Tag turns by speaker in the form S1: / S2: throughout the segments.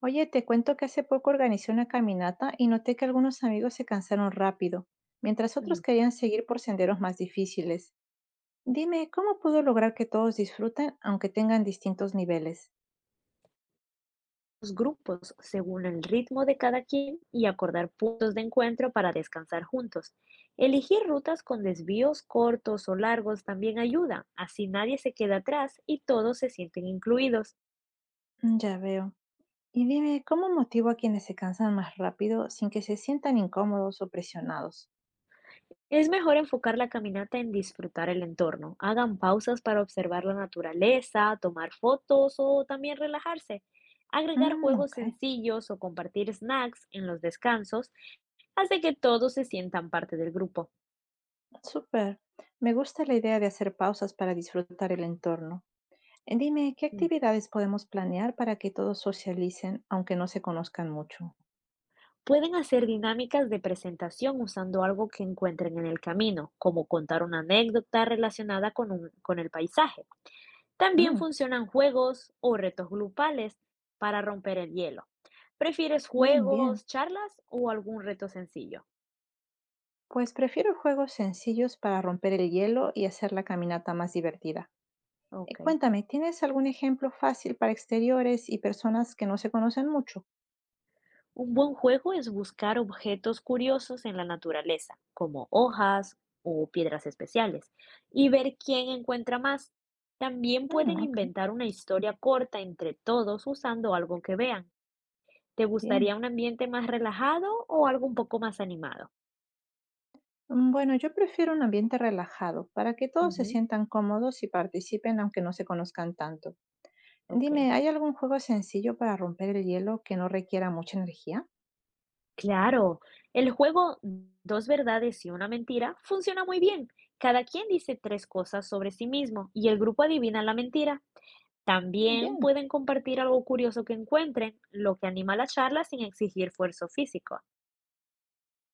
S1: Oye, te cuento que hace poco organizé una caminata y noté que algunos amigos se cansaron rápido, mientras
S2: mm,
S1: otros querían seguir por senderos más difíciles. Dime, ¿cómo puedo lograr que todos disfruten aunque tengan distintos niveles?
S2: los grupos según el ritmo de cada quien y acordar puntos de encuentro para descansar juntos. Elegir rutas con desvíos cortos o largos también ayuda, así nadie se queda atrás y todos se sienten incluidos.
S1: Mm, ya veo. Y dime, ¿cómo motivo a quienes se cansan más rápido sin que se sientan incómodos o presionados?
S2: Es mejor enfocar la caminata en disfrutar el entorno. Hagan pausas para observar la naturaleza, tomar fotos o también relajarse. Agregar
S1: Mm,
S2: juegos
S1: ok,
S2: sencillos o compartir snacks en los descansos hace que todos se sientan parte del grupo.
S1: súper. Me gusta la idea de hacer pausas para disfrutar el entorno. Dime, ¿qué
S2: Mm.
S1: actividades podemos planear para que todos socialicen aunque no se conozcan mucho?
S2: Pueden hacer dinámicas de presentación usando algo que encuentren en el camino, como contar una anécdota relacionada con, con el paisaje. También
S1: Mm,
S2: funcionan juegos o retos grupales para romper el hielo. ¿Prefieres
S1: Bien.
S2: juegos, charlas o algún reto sencillo?
S1: Pues prefiero juegos sencillos para romper el hielo y hacer la caminata más divertida.
S2: Ok.
S1: Cuéntame, ¿tienes algún ejemplo fácil para exteriores y personas que no se conocen mucho?
S2: Un buen juego es buscar objetos curiosos en la naturaleza, como hojas o piedras especiales, y ver quién encuentra más. También pueden
S1: Mm, ok,
S2: inventar una historia corta entre todos usando algo que vean. ¿Te
S1: bien.
S2: gustaría un ambiente más relajado o algo un poco más animado?
S1: Mm, bueno, yo prefiero un ambiente relajado para que todos se
S2: Ujú,
S1: sientan cómodos y participen aunque no se conozcan tanto.
S2: ok.
S1: Dime, ¿hay algún juego sencillo para romper el hielo que no requiera mucha energía?
S2: Claro, el juego Dos verdades y una mentira funciona muy bien. Cada quien dice tres cosas sobre sí mismo y el grupo adivina la mentira.
S1: Mm,
S2: También
S1: bien,
S2: pueden compartir algo curioso que encuentren, lo que anima la charla sin exigir esfuerzo físico.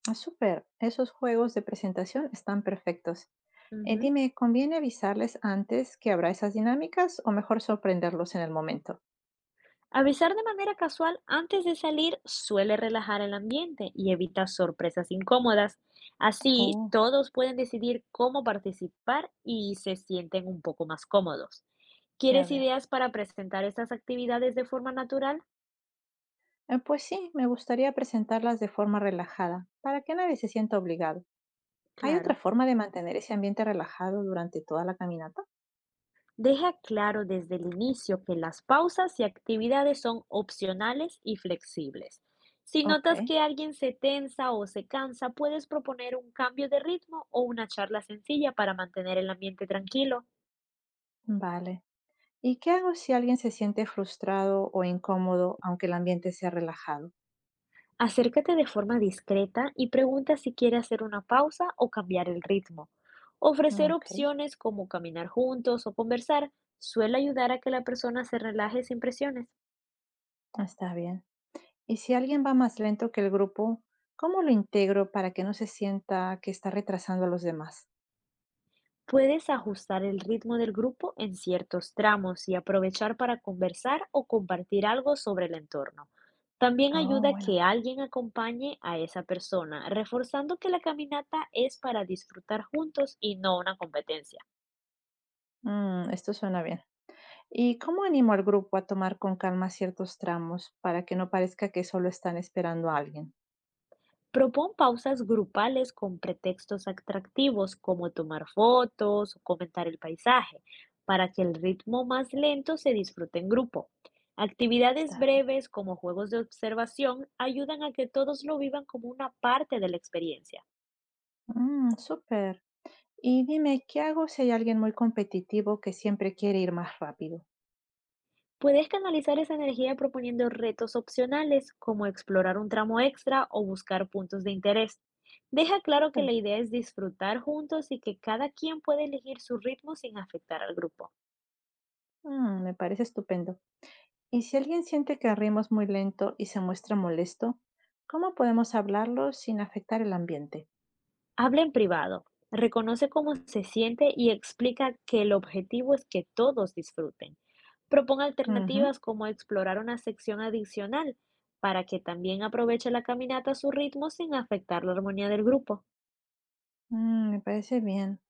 S1: ah, súper. Esos juegos de presentación están perfectos.
S2: Ujú.
S1: Dime, ¿conviene avisarles antes que habrá esas dinámicas o mejor sorprenderlos en el momento?
S2: Avisar de manera casual antes de salir suele relajar el ambiente y evita sorpresas incómodas. Así,
S1: Oh,
S2: todos pueden decidir cómo participar y se sienten un poco más cómodos.
S1: ya
S2: ¿Quieres
S1: veo.
S2: ideas para presentar estas actividades de forma natural?
S1: Pues sí, me gustaría presentarlas de forma relajada, para que nadie se sienta obligado. ¿Hay otra
S2: Claro.
S1: forma de mantener ese ambiente relajado durante toda la caminata?
S2: Deja claro desde el inicio que las pausas y actividades son opcionales y flexibles. Si
S1: Ok,
S2: notas que alguien se tensa o se cansa, puedes proponer un cambio de ritmo o una charla sencilla para mantener el ambiente tranquilo.
S1: vale. ¿Y qué hago si alguien se siente frustrado o incómodo, aunque el ambiente sea relajado?
S2: Acércate de forma discreta y pregunta si quiere hacer una pausa o cambiar el ritmo.
S1: Mm,
S2: Ofrecer
S1: ok,
S2: opciones como caminar juntos o conversar suele ayudar a que la persona se relaje sin presiones.
S1: está bien. ¿Y si alguien va más lento que el grupo, cómo lo integro para que no se sienta que está retrasando a los demás?
S2: Puedes ajustar el ritmo del grupo en ciertos tramos y aprovechar para conversar o compartir algo sobre el entorno. También
S1: Oh,
S2: ayuda
S1: bueno,
S2: que alguien acompañe a esa persona, reforzando que la caminata es para disfrutar juntos y no una competencia.
S1: mm, esto suena bien. ¿Y cómo animo al grupo a tomar con calma ciertos tramos para que no parezca que solo están esperando a alguien?
S2: Propón pausas grupales con pretextos atractivos como tomar fotos o comentar el paisaje, para que el ritmo más lento se disfrute en grupo. Actividades
S1: Está bien.
S2: breves como juegos de observación ayudan a que todos lo vivan como una parte de la experiencia.
S1: Mm, súper. Y dime, ¿qué hago si hay alguien muy competitivo que siempre quiere ir más rápido?
S2: Puedes canalizar esa energía proponiendo retos opcionales como explorar un tramo extra o buscar puntos de interés. Deja claro que
S1: Súper.
S2: la idea es disfrutar juntos y que cada quien puede elegir su ritmo sin afectar al grupo.
S1: Mm, me parece estupendo. ¿Y si alguien siente que rimos muy lento y se muestra molesto, cómo podemos hablarlo sin afectar el ambiente?
S2: Habla en privado, reconoce cómo se siente y explica que el objetivo es que todos disfruten. Proponga
S1: Ujú.
S2: alternativas como explorar una sección adicional para que también aproveche la caminata a su ritmo sin afectar la armonía del grupo.
S1: Mm, me parece bien.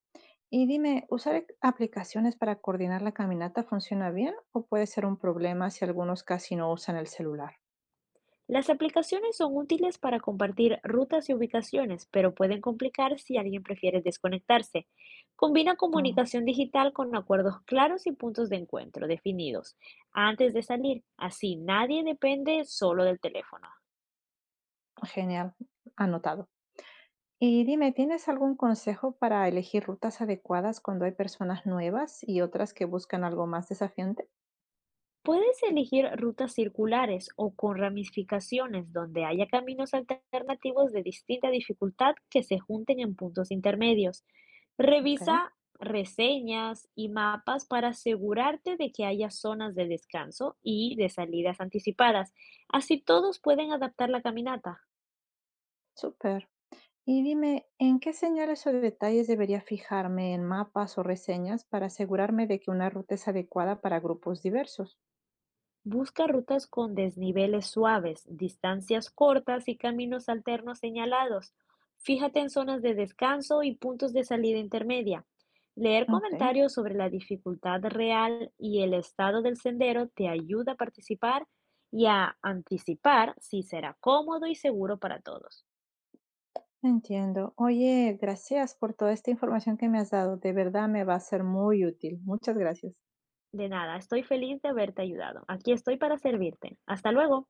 S1: Y dime, ¿usar aplicaciones para coordinar la caminata funciona bien o puede ser un problema si algunos casi no usan el celular?
S2: Las aplicaciones son útiles para compartir rutas y ubicaciones, pero pueden complicar si alguien prefiere desconectarse. Combina
S1: Ah,
S2: comunicación digital con acuerdos claros y puntos de encuentro definidos antes de salir, así nadie depende solo del teléfono.
S1: genial, anotado. Y dime, ¿tienes algún consejo para elegir rutas adecuadas cuando hay personas nuevas y otras que buscan algo más desafiante?
S2: Puedes elegir rutas circulares o con ramificaciones donde haya caminos alternativos de distinta dificultad que se junten en puntos intermedios.
S1: Ok,
S2: Revisa reseñas y mapas para asegurarte de que haya zonas de descanso y de salidas anticipadas. Así todos pueden adaptar la caminata.
S1: súper. Y dime, ¿en qué señales o detalles debería fijarme en mapas o reseñas para asegurarme de que una ruta es adecuada para grupos diversos?
S2: Busca rutas con desniveles suaves, distancias cortas y caminos alternos señalados. Fíjate en zonas de descanso y puntos de salida intermedia. Leer
S1: Ok.
S2: comentarios sobre la dificultad real y el estado del sendero te ayuda a participar y a anticipar si será cómodo y seguro para todos.
S1: Entiendo. Oye, gracias por toda esta información que me has dado. De verdad me va a ser muy útil. Muchas gracias.
S2: De nada, estoy feliz de haberte ayudado. Aquí estoy para servirte. Hasta luego.